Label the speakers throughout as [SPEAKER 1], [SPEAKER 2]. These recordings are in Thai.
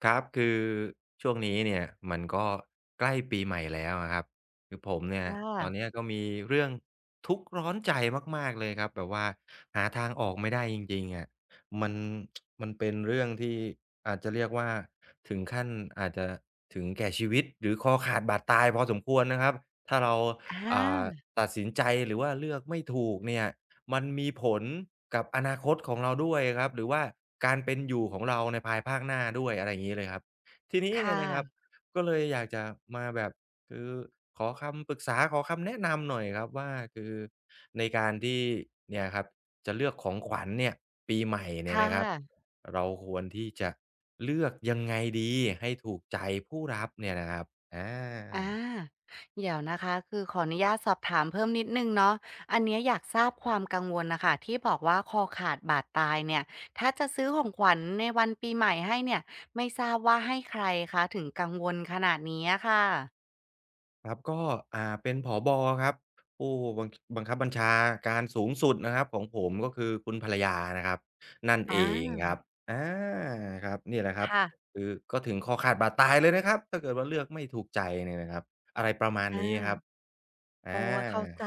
[SPEAKER 1] ครับคือช่วงนี้เนี่ยมันก็ใกล้ปีใหม่แล้วอะครับคือผมเนี่ย
[SPEAKER 2] ค่ะ
[SPEAKER 1] ตอนเนี้ยก็มีเรื่องทุกข์ร้อนใจมากๆเลยครับแบบว่าหาทางออกไม่ได้จริงๆอะมันมันเป็นเรื่องที่อาจจะเรียกว่าถึงขั้นอาจจะถึงแก่ชีวิตหรือคอขาดบาดตายพอสมควรนะครับถ้าเรา
[SPEAKER 2] อ
[SPEAKER 1] อ่า
[SPEAKER 2] า
[SPEAKER 1] ตัดสินใจหรือว่าเลือกไม่ถูกเนี่ยมันมีผลกับอนาคตของเราด้วยครับหรือว่าการเป็นอยู่ของเราในภายภาคหน้าด้วยอะไรอย่างงี้เลยครับทีนี้เนี่
[SPEAKER 2] ค่ะ
[SPEAKER 1] ยนะครับก็เลยอยากจะมาแบบคือขอคำปรึกษาขอคำแนะนำหน่อยครับว่าคือในการที่เนี่ยครับจะเลือกของขวัญเนี่ยปีใหม่เนี่ย
[SPEAKER 2] ค่ะ
[SPEAKER 1] นะครับเราควรที่จะเลือกยังไงดีให้ถูกใจผู้รับเนี่ยนะครับอา
[SPEAKER 2] อาเดี๋ยวนะคะคือขออนุญาตสอบถามเพิ่มนิดหนึ่งเนาะอันเนี้ยอยากทราบความกังวลน่ะค่ะที่บอกว่าคอขาดบาดตายเนี่ยถ้าจะซื้อของขวัญในวันปีใหม่ให้เนี่ยไม่ทราบว่าให้ใครคะถึงกังวลขนาดนี้อะค่ะ
[SPEAKER 1] ครับก็เป็นผบครับผู้บังบังคับบัญชาการสูงสุดนะครับของผมก็คือคุณภรรยานะครับนั่นเอง
[SPEAKER 2] อา
[SPEAKER 1] ครับอาครับเนี่ยแหละครับ
[SPEAKER 2] ค่ะ
[SPEAKER 1] คือก็ถึงคอขาดบาดตายเลยนะครับถ้าเกิดว่าเลือกไม่ถูกใจเนี่ยนะครับอะไรประมาณ
[SPEAKER 2] อา
[SPEAKER 1] นี้ครับอา
[SPEAKER 2] โอ้ยเข้าใจ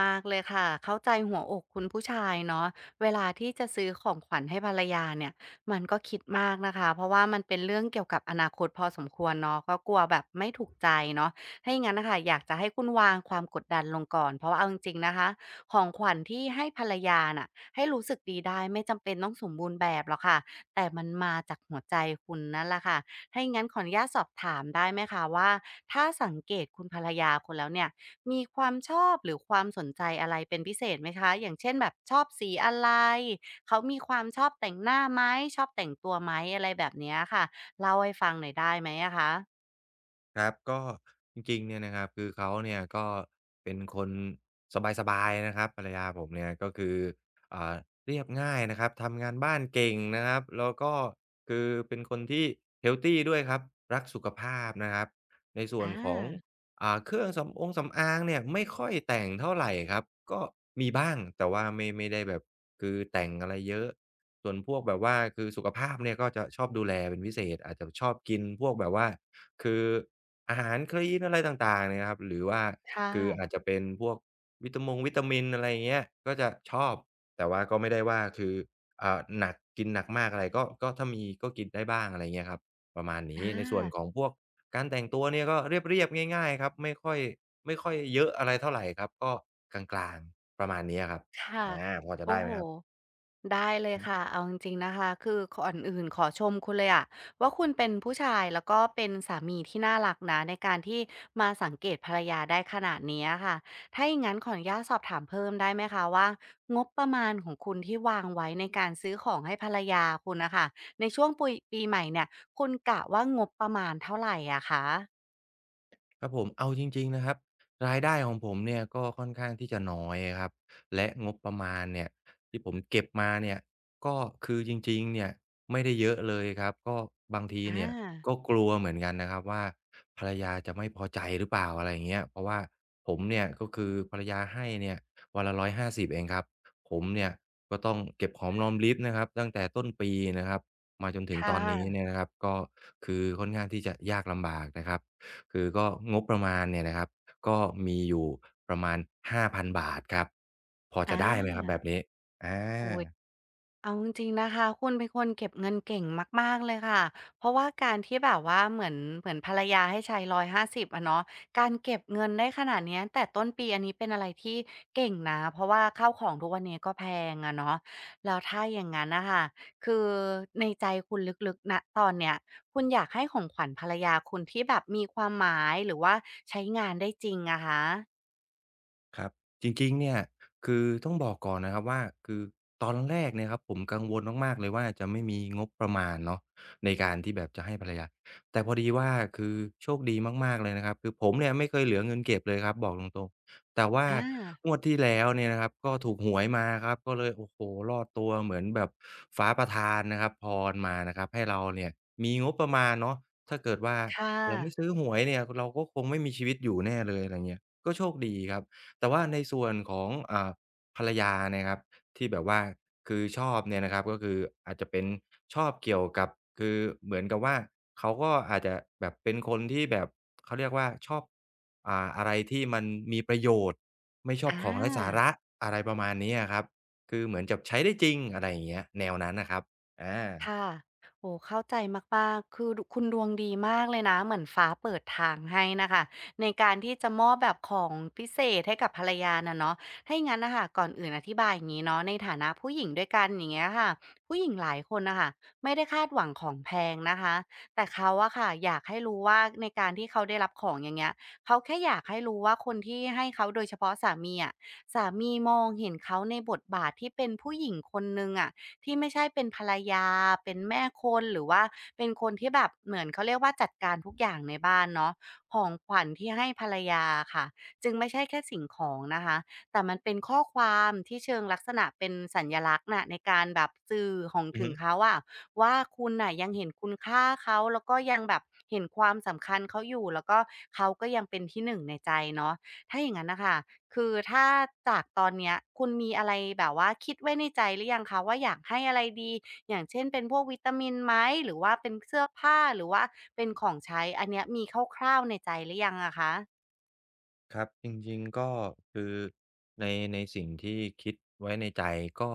[SPEAKER 2] มากๆเลยค่ะเข้าใจหัวอกคุณผู้ชายเนาะเวลาที่จะซื้อของขวัญให้ภรรยาเนี่ยมันก็คิดมากนะคะเพราะว่ามันเป็นเรื่องเกี่ยวกับอนาคตพอสมควรเนาะก็กลัวแบบไม่ถูกใจเนาะถ้าอย่างงั้นน่ะค่ะอยากจะให้คุณวางความกดดันลงก่อนเพราะว่าเอาจริงๆนะคะของขวัญที่ให้ภรรยาน่ะให้รู้สึกดีได้ไม่จำเป็นต้องสมบูรณ์แบบหรอกค่ะแต่มันมาจากหัวใจคุณนั่นแหละค่ะถ้าอย่างงั้นขออนุญาตสอบถามได้ไหมคะว่าถ้าสังเกตคุณภรรยาคุณแล้วเนี่ย มีความชอบหรือความสนใจอะไรเป็นพิเศษไหมคะอย่างเช่นแบบชอบสีอะไรเขามีความชอบแต่งหน้าไหมชอบแต่งตัวไหมอะไรแบบเนี้ยค่ะเล่าให้ฟังหน่อยได้ไหมอะคะ
[SPEAKER 1] ครับก็จริงๆเนี่ยนะครับคือเขาเนี่ยก็เป็นคนสบายๆนะครับภรรยาผมเนี่ยก็คืออ่าเรียบง่ายนะครับทำงานบ้านเก่งนะครับแล้วก็คือเป็นคนที่เฮลทีด้วยครับรักสุขภาพนะครับในส่วน
[SPEAKER 2] อา
[SPEAKER 1] ของเครื่องสำอางเนี่ยไม่ค่อยแต่งเท่าไรครับก็มีบ้างแต่ว่าไม่ได้แบบคือแต่งอะไรเยอะส่วนพวกแบบว่าคือสุขภาพเนี่ยก็จะชอบดูแลเป็นพิเศษอาจจะชอบกินพวกแบบว่า คืออาหารคลีนอะไรต่างๆเนี่ยครับหรือว่า
[SPEAKER 2] ค่ะ
[SPEAKER 1] คืออาจจะเป็นพวกวิตามินอะไรอย่างเงี้ยก็จะชอบแต่ว่าก็ไม่ได้ว่าคือหนักกินหนักมากอะไรก็ถ้ามีก็กินได้บ้างอะไรเงี้ยครับประมาณนี้
[SPEAKER 2] อา
[SPEAKER 1] ในส่วนของพวกการแต่งตัวเนี่ยก็เรียบๆง่ายๆครับไม่ค่อยเยอะอะไรเท่าไรครับก็กลางๆประมาณเนี้ยครับ
[SPEAKER 2] ค่ะ
[SPEAKER 1] อาพอจะ
[SPEAKER 2] โอ้
[SPEAKER 1] ได้
[SPEAKER 2] โฮ
[SPEAKER 1] ไหมครับ
[SPEAKER 2] ได้เลยค่ะ เอาจริงๆนะคะ คือก่อนอื่นขอชมคุณเลยอะว่าคุณเป็นผู้ชายแล้วก็เป็นสามีที่น่ารักนะในการที่มาสังเกตภรรยาได้ขนาดนี้อะค่ะ ถ้าอย่างงั้นขออนุญาตสอบถามเพิ่มได้ไหมคะว่างบประมาณของคุณที่วางไว้ในการซื้อของให้ภรรยาคุณนะคะในช่วงปุยปีใหม่เนี่ยคุณกะว่างบประมาณเท่าไหรอะคะ
[SPEAKER 1] ครับผมเอาจริงๆนะครับรายได้ของผมเนี่ยก็ค่อนข้างที่จะน้อยครับและงบประมาณเนี่ยที่ผมเก็บมาเนี่ยก็คือจริงๆเนี่ยไม่ได้เยอะเลยครับก็บางที
[SPEAKER 2] อา
[SPEAKER 1] เนี่ยก็กลัวเหมือนกันนะครับว่าภรรยาจะไม่พอใจหรือเปล่าอะไรอย่างเงี้ยเพราะว่าผมเนี่ยก็คือภรรยาให้เนี่ยวันละร้อยห้าสิบเองครับผมเนี่ยก็ต้องเก็บหอมรอมริบนะครับตั้งแต่ต้นปีนะครับมาจนถึงต
[SPEAKER 2] ค่ะ
[SPEAKER 1] อนนี้เนี่ยนะครับก็คือค่อนข้างที่จะยากลำบากนะครับ คือก็งบประมาณเนี่ยนะครับก็มีอยู่ประมาณ5,000บาทครับพอจะได้ไหมค
[SPEAKER 2] อา
[SPEAKER 1] รับแบบนี้อา
[SPEAKER 2] โอ้ย เอาจริงๆนะคะคุณเป็นคนเก็บเงินเก่งมากๆเลยค่ะเพราะว่าการที่แบบว่าเหมือนภรรยาให้ใช้150อะเนาะการเก็บเงินได้ขนาดเนี้ยแต่ต้นปีอันนี้เป็นอะไรที่เก่งนะเพราะว่าข้าวของทุกวันนี้ก็แพงอะเนาะแล้วถ้าอย่างนั้นนะคะคือในใจคุณลึกๆณตอนเนี้ยคุณอยากให้ของขวัญภรรยาคุณที่แบบมีความหมายหรือว่าใช้งานได้จริงอะคะ
[SPEAKER 1] ครับจริงๆเนี่ยคือต้องบอกก่อนนะครับว่าคือตอนแรกเนี่ยครับผมกังวลมากๆเลยว่าจะไม่มีงบประมาณเนาะในการที่แบบจะให้ภรรยาแต่พอดีว่าคือโชคดีมากๆเลยนะครับคือผมเนี่ยไม่เคยเหลือเงินเก็บเลยครับบอกตรงๆแต่ว่า
[SPEAKER 2] อา
[SPEAKER 1] งวดที่แล้วเนี่ยนะครับก็ถูกหวยมาครับก็เลยโอ้โฮรอดตัวเหมือนแบบฟ้าประทานนะครับพรมานะครับให้เราเนี่ยมีงบประมาณเนาะถ้าเกิดว่า
[SPEAKER 2] ค่ะ
[SPEAKER 1] เราไม่ซื้อหวยเนี่ยเราก็คงไม่มีชีวิตอยู่แน่เลยอะไรเงี้ยก็โชคดีครับ แต่ว่าในส่วนของภรรยาเนี่ยครับที่แบบว่าคือชอบเนี่ยนะครับก็คืออาจจะเป็นชอบเกี่ยวกับคือเหมือนกับว่าเขาก็อาจจะแบบเป็นคนที่แบบเขาเรียกว่าชอบอะไรที่มันมีประโยชน์ไม่ชอบ
[SPEAKER 2] อา
[SPEAKER 1] ของไร้สาระอะไรประมาณนี้อะครับคือเหมือนกับใช้ได้จริงอะไรอย่างเงี้ยแนวนั้นน่ะครับอา
[SPEAKER 2] ค่ะโอ้เข้าใจมากๆคือดคุณดวงดีมากเลยนะเหมือนฟ้าเปิดทางให้น่ะค่ะในการที่จะมอบแบบของพิเศษให้กับภรรยาน่ะเนาะถ้าอย่างงั้นน่ะค่ะก่อนอื่นอธิบายอย่างงี้เนาะในฐานะผู้หญิงด้วยกันอย่างเงี้ยค่ะผู้หญิงหลายคนน่ะค่ะไม่ได้คาดหวังของแพงนะคะแต่เขาอะค่ะอยากให้รู้ว่าในการที่เขาได้รับของอย่างเงี้ยเขาแค่อยากให้รู้ว่าคนที่ให้เขาโดยเฉพาะสามีอะสามีมองเห็นเขาในบทบาทที่เป็นผู้หญิงคนหนึ่งอะ ที่ไม่ใช่เป็นภรรยาเป็นแม่คนหรือว่าเป็นคนที่แบบเหมือนเขาเรียกว่าจัดการทุกอย่างในบ้านเนาะของขวัญที่ให้ภรรยาอะค่ะจึงไม่ใช่แค่สิ่งของนะคะแต่มันเป็นข้อความที่เชิงลักษณะเป็นสัญลักษณ์น่ะในการแบบสื่อของ
[SPEAKER 1] อือ
[SPEAKER 2] ถึง
[SPEAKER 1] ฮึ
[SPEAKER 2] เขาอะว่าคุณน่ะยังเห็นคุณค่าเขาแล้วก็ยังแบบเห็นความสำคัญเขาอยู่แล้วก็เขาก็ยังเป็นที่หนึ่งในใจเนาะถ้าอย่างงั้นน่ะค่ะ คือถ้าจากตอนเนี้ยคุณมีอะไรแบบว่าคิดไว้ในใจหรือยังคะว่าอยากให้อะไรดีอย่างเช่นเป็นพวกวิตามินไหมหรือว่าเป็นเสื้อผ้าหรือว่าเป็นของใช้อันเนี้ยมีคร่าวๆในใจหรือยังอะคะ
[SPEAKER 1] ครับจริงๆก็คือในในสิ่งที่คิดไว้ในใจก็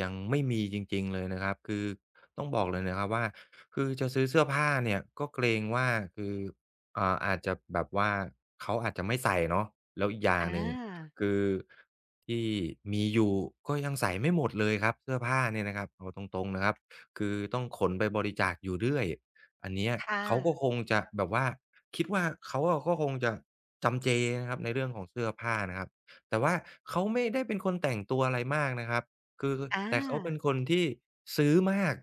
[SPEAKER 1] ยังไม่มีจริงๆเลยนะครับคือต้องบอกเลยนะครับว่าคือจะซื้อเสื้อผ้าเนี่ยก็เกรงว่าคืออาจจะแบบว่าเขาอาจจะไม่ใส่เนาะแล้วอีกอย่าง
[SPEAKER 2] อ
[SPEAKER 1] หนึ่ง
[SPEAKER 2] า
[SPEAKER 1] คือที่มีอยู่ก็ยังใส่ไม่หมดเลยครับเสื้อผ้าเนี่ยนะครับเอาตรงๆนะครับคือต้องขนไปบริจาคอยู่เรื่อย อันเนี้ย
[SPEAKER 2] ค่ะ
[SPEAKER 1] เขาก็คงจะแบบว่าคิดว่าเขาอะก็คงจะจำเจนะครับในเรื่องของเสื้อผ้านะครับแต่ว่าเขาไม่ได้เป็นคนแต่งตัวอะไรมากนะครับคือ
[SPEAKER 2] อา
[SPEAKER 1] แต่เขาเป็นคนที่ซื้อมาก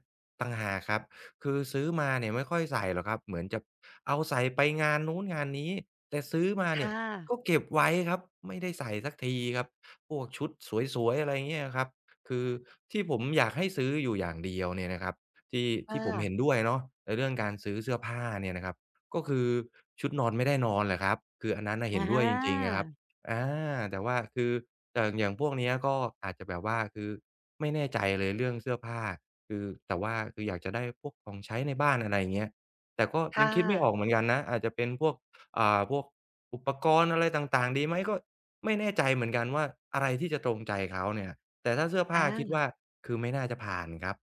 [SPEAKER 1] ต่างหากครับคือซื้อมาเนี่ยไม่ค่อยใส่หรอกครับเหมือนจะเอาใส่ไปงานนู้นงานนี้แต่ซื้อมาเนี่ย
[SPEAKER 2] ค่ะ
[SPEAKER 1] ก็เก็บไว้ครับไม่ได้ใส่สักทีครับพวกชุดสวยๆอะไรเงี้ยครับคือที่ผมอยากให้ซื้ออยู่อย่างเดียวเนี่ยนะครับ ที่ที่ผม
[SPEAKER 2] ค่ะ
[SPEAKER 1] เห็นด้วยเนาะในเรื่องการซื้อเสื้อผ้าเนี่ยนะครับก็คือชุดนอนไม่ได้นอนแหละครับคืออันนั้นน่ะ
[SPEAKER 2] อ
[SPEAKER 1] เห็นด้วยจริงๆ
[SPEAKER 2] า
[SPEAKER 1] นะครับอาแต่ว่าคืออย่างอย่างพวกเนี้ยก็อาจจะแบบว่าคือไม่แน่ใจเลยเรื่องเสื้อผ้าคือแต่ว่าคืออยากจะได้พวกของใช้ในบ้านอะไรอย่างเงี้ยแต่ก็
[SPEAKER 2] อาค่
[SPEAKER 1] ยังคิดไม่ออก
[SPEAKER 2] ะ
[SPEAKER 1] เหมือนกันนะอาจจะเป็นพวกพวกอุปกรณ์อะไรต่างๆดีไหมก็ไม่แน่ใจเหมือนกันว่าอะไรที่จะตรงใจเขาเนี่ยแต่ถ้าเสื้อผ้าคิด
[SPEAKER 2] อา
[SPEAKER 1] ว่าคือไม่น่าจะผ่านครับ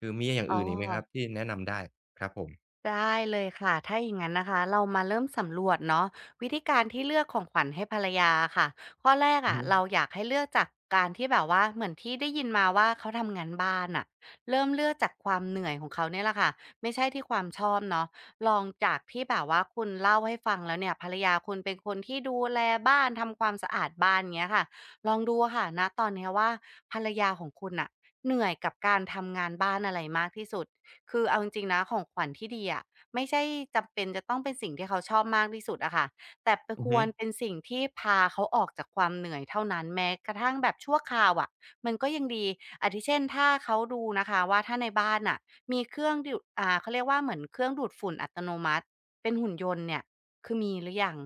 [SPEAKER 1] คือมีอย่าง
[SPEAKER 2] อ๋อ
[SPEAKER 1] อื่นอีกไหมครับที่แนะนำได้ครับผม
[SPEAKER 2] ได้เลยค่ะถ้าอย่างนั้นนะคะเรามาเริ่มสำรวจเนาะวิธีการที่เลือกของขวัญให้ภรรยาค่ะข้อแรก
[SPEAKER 1] อือ
[SPEAKER 2] อ่ะ
[SPEAKER 1] ฮึ
[SPEAKER 2] เราอยากให้เลือกจากการที่แบบว่าเหมือนที่ได้ยินมาว่าเขาทำงานบ้านอ่ะเริ่มเลือกจากความเหนื่อยของเขาเนี่ยแหละค่ะไม่ใช่ที่ความชอบเนาะลองจากที่แบบว่าคุณเล่าให้ฟังแล้วเนี่ยภรรยาคุณเป็นคนที่ดูแลบ้านทำความสะอาดบ้านเงี้ยค่ะลองดูค่ะนะตอนเนี้ยว่าภรรยาของคุณอ่ะเหนื่อยกับการทำงานบ้านอะไรมากที่สุด คือเอาจริงๆนะของขวัญที่ดีอะไม่ใช่จำเป็นจะต้องเป็นสิ่งที่เขาชอบมากที่สุดอะค่ะแต่ไป
[SPEAKER 1] อื
[SPEAKER 2] ค
[SPEAKER 1] อ
[SPEAKER 2] ว
[SPEAKER 1] ฮึ
[SPEAKER 2] รเป็นสิ่งที่พาเขาออกจากความเหนื่อยเท่านั้นแม้กระทั่งแบบชั่วคราวอะมันก็ยังดีอาทิเช่นถ้าเขาดูนะคะว่าถ้าในบ้านน่ะมีเครื่องดูดเขาเรียกว่าเหมือนเครื่องดูดฝุ่นอัตโนมัติเป็นหุ่นยนต์เนี่ยคือมีหรือยัง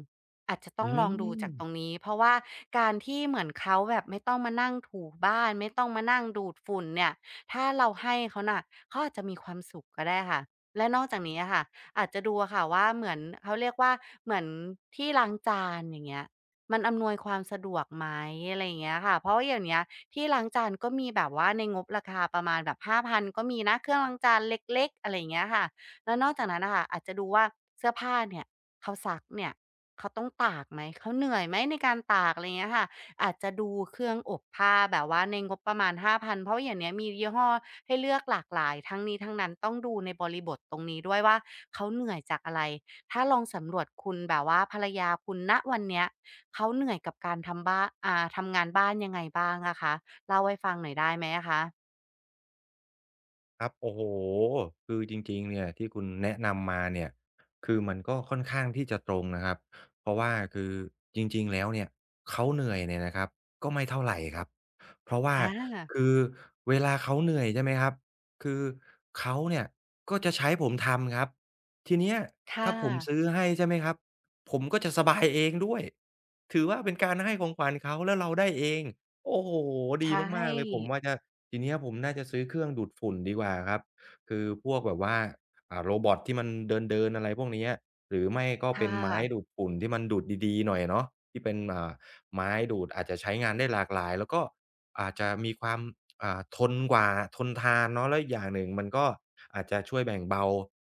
[SPEAKER 2] อาจจะต้อ
[SPEAKER 1] อื
[SPEAKER 2] งลองดูจากตรง
[SPEAKER 1] ม
[SPEAKER 2] นี้เพราะว่าการที่เหมือนเขาแบบไม่ต้องมานั่งถูบ้านไม่ต้องมานั่งดูดฝุ่นเนี่ย ถ้าเราให้เขาน่ะเขาอาจจะมีความสุขก็ได้ค่ะและนอกจากนี้อะค่ะอาจจะดูอะค่ะว่าเหมือนเขาเรียกว่าเหมือนที่ล้างจานอย่างเงี้ยมันอำนวยความสะดวกไหมอะไรอย่างเงี้ยค่ะเพราะว่าเดี๋ยางเนี้ยที่ล้างจานก็มีแบบว่าในงบราคาประมาณแบบ5,000ก็มีนะเครื่องล้างจานเล็กๆอะไรอย่างเงี้ยค่ะแล้วนอกจากนั้นนะค่ะอาจจะดูว่าเสื้อผ้าเนี่ยเขาซักเนี่ยเขาต้องตากไหมเขาเหนื่อยไหมในการตากอะไรอย่างเงี้ยค่ะ อาจจะดูเครื่องอบผ้าแบบว่าในงบประมาณ5,000เพราะอย่างเนี้ยมียี่ห้อให้เลือกหลากหลายทั้งนี้ทั้งนั้นต้องดูในบริบทตรงนี้ด้วยว่าเขาเหนื่อยจากอะไรถ้าลองสำรวจคุณแบบว่าภรรยาคุณณวันเนี้ยเขาเหนื่อยกับการทำบ้าทำงานบ้านยังไงบ้างอะคะเล่าให้ฟังหน่อยได้ไหมอะคะ
[SPEAKER 1] ครับโอ้โฮคือจริงๆเนี่ยที่คุณแนะนำมาเนี่ยคือมันก็ค่อนข้างที่จะตรงนะครับเพราะว่าคือจริงๆแล้วเนี่ยเขาเหนื่อยเนี่ยนะครับก็ไม่เท่าไรครับเพราะว่า
[SPEAKER 2] อา
[SPEAKER 1] คือเวลาเขาเหนื่อยใช่ไหมครับคือเขาเนี่ยก็จะใช้ผมทำครับทีเนี้ย
[SPEAKER 2] ค่ะ
[SPEAKER 1] ถ้าผมซื้อให้ใช่ไหมครับผมก็จะสบายเองด้วยถือว่าเป็นการให้ของขวัญเขาแล้วเราได้เองโอ้โฮดี
[SPEAKER 2] ใช่
[SPEAKER 1] มากๆเลยผมว่าจะ ทีเนี้ยผมน่าจะซื้อเครื่องดูดฝุ่นดีกว่าครับคือพวกแบบว่าโรบอตที่มันเดินๆอะไรพวกเนี้ยหรือไม่ก็
[SPEAKER 2] ค่
[SPEAKER 1] เป็นไม้
[SPEAKER 2] ะ
[SPEAKER 1] ดูดฝุ่นที่มันดูดดีๆหน่อยเนาะที่เป็นไม้ดูดอาจจะใช้งานได้หลากหลายแล้วก็อาจจะมีความทนกว่าทนทานเนาะแล้วอีกอย่างหนึ่งมันก็อาจจะช่วยแบ่งเบา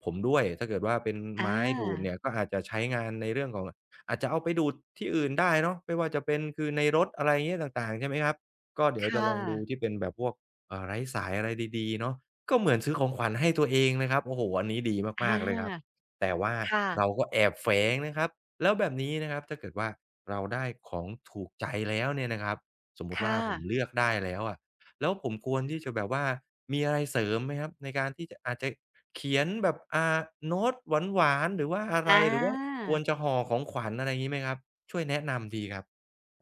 [SPEAKER 1] ผมด้วยถ้าเกิดว่าเป็น
[SPEAKER 2] อ
[SPEAKER 1] ไม้ดูดเนี่ย
[SPEAKER 2] า
[SPEAKER 1] ก็อาจจะใช้งานในเรื่องของอาจจะเอาไปดูดที่อื่นได้เนาะไม่ว่าจะเป็นคือในรถอะไรอย่างเงี้ยต่างๆใช่ไหมครับก็เดี๋ยวจะ
[SPEAKER 2] ค่ะ
[SPEAKER 1] ลองดูที่เป็นแบบพวก ไร้สายอะไรดีๆเนาะก็เหมือนซื้อของขวัญให้ตัวเองนะครับโอ้โฮอันนี้ดี
[SPEAKER 2] อ
[SPEAKER 1] มากๆเลยครับ
[SPEAKER 2] า
[SPEAKER 1] แต่ว่า
[SPEAKER 2] ค่ะ
[SPEAKER 1] เราก็แอบแฝงนะครับแล้วแบบนี้นะครับถ้าเกิดว่าเราได้ของถูกใจแล้วเนี่ยนะครับสมมุติว่า
[SPEAKER 2] ค่ะ
[SPEAKER 1] ผมเลือกได้แล้วอะแล้วผมควรที่จะแบบว่ามีอะไรเสริมไหมครับในการที่จะอาจจะเขียนแบบโน้ตหวานๆหรือว่าอะไร
[SPEAKER 2] อา
[SPEAKER 1] หรือว่าควรจะห่อของขวัญอะไรงี้ไหมครับช่วยแนะนำทีครับ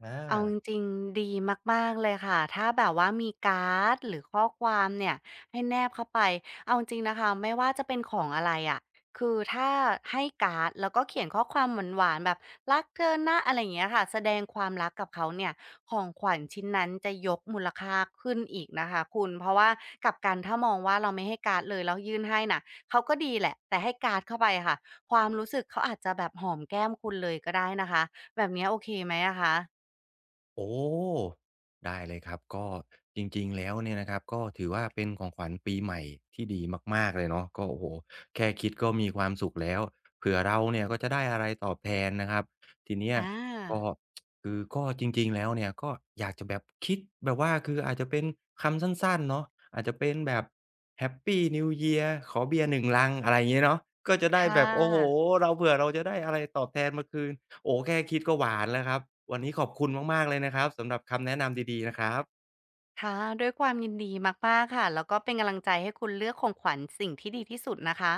[SPEAKER 1] อา
[SPEAKER 2] เอาจริงๆดีมากๆเลยค่ะถ้าแบบว่ามีการ์ดหรือข้อความเนี่ยให้แนบเข้าไปเอาจริงนะคะไม่ว่าจะเป็นของอะไรอะคือถ้าให้การ์ดแล้วก็เขียนข้อความหวานๆแบบรักเธอนะอะไรอย่างเงี้ยค่ะแสดงความรักกับเขาเนี่ยของขวัญชิ้นนั้นจะยกมูลค่าขึ้นอีกนะคะคุณเพราะว่ากลับกันถ้ามองว่าเราไม่ให้การ์ดเลยแล้วยื่นให้น่ะเขาก็ดีแหละแต่ให้การ์ดเข้าไปค่ะความรู้สึกเขาอาจจะแบบหอมแก้มคุณเลยก็ได้นะคะแบบเนี้ยโอเคไหมอะคะ
[SPEAKER 1] โอ้ได้เลยครับก็จริงๆแล้วเนี่ยนะครับก็ถือว่าเป็นของขวัญปีใหม่ที่ดีมากๆเลยเนาะก็โอ้โฮแค่คิดก็มีความสุขแล้วเผื่อเราเนี่ยก็จะได้อะไรตอบแทนนะครับทีเนี้ย
[SPEAKER 2] อ
[SPEAKER 1] ก็
[SPEAKER 2] า
[SPEAKER 1] คือก็จริงๆแล้วเนี่ยก็อยากจะแบบคิดแบบว่าคืออาจจะเป็นคำสั้นๆเนาะอาจจะเป็นแบบ Happy New Year ขอเบียร์หนึ่งลังอะไรอย่างงี้เนาะก็จะได้
[SPEAKER 2] ค่
[SPEAKER 1] แบบโอ้โฮ
[SPEAKER 2] ะ
[SPEAKER 1] เราเผื่อเราจะได้อะไรตอบแทนมาคืน โอ้แค่คิดก็หวานแล้วครับวันนี้ขอบคุณมากๆเลยนะครับสำหรับคำแนะนำดีๆนะครับ
[SPEAKER 2] ค่ะ ด้วยความยินดีมากๆค่ะ แล้วก็เป็นกำลังใจให้คุณเลือกของขวัญสิ่งที่ดีที่สุดนะคะ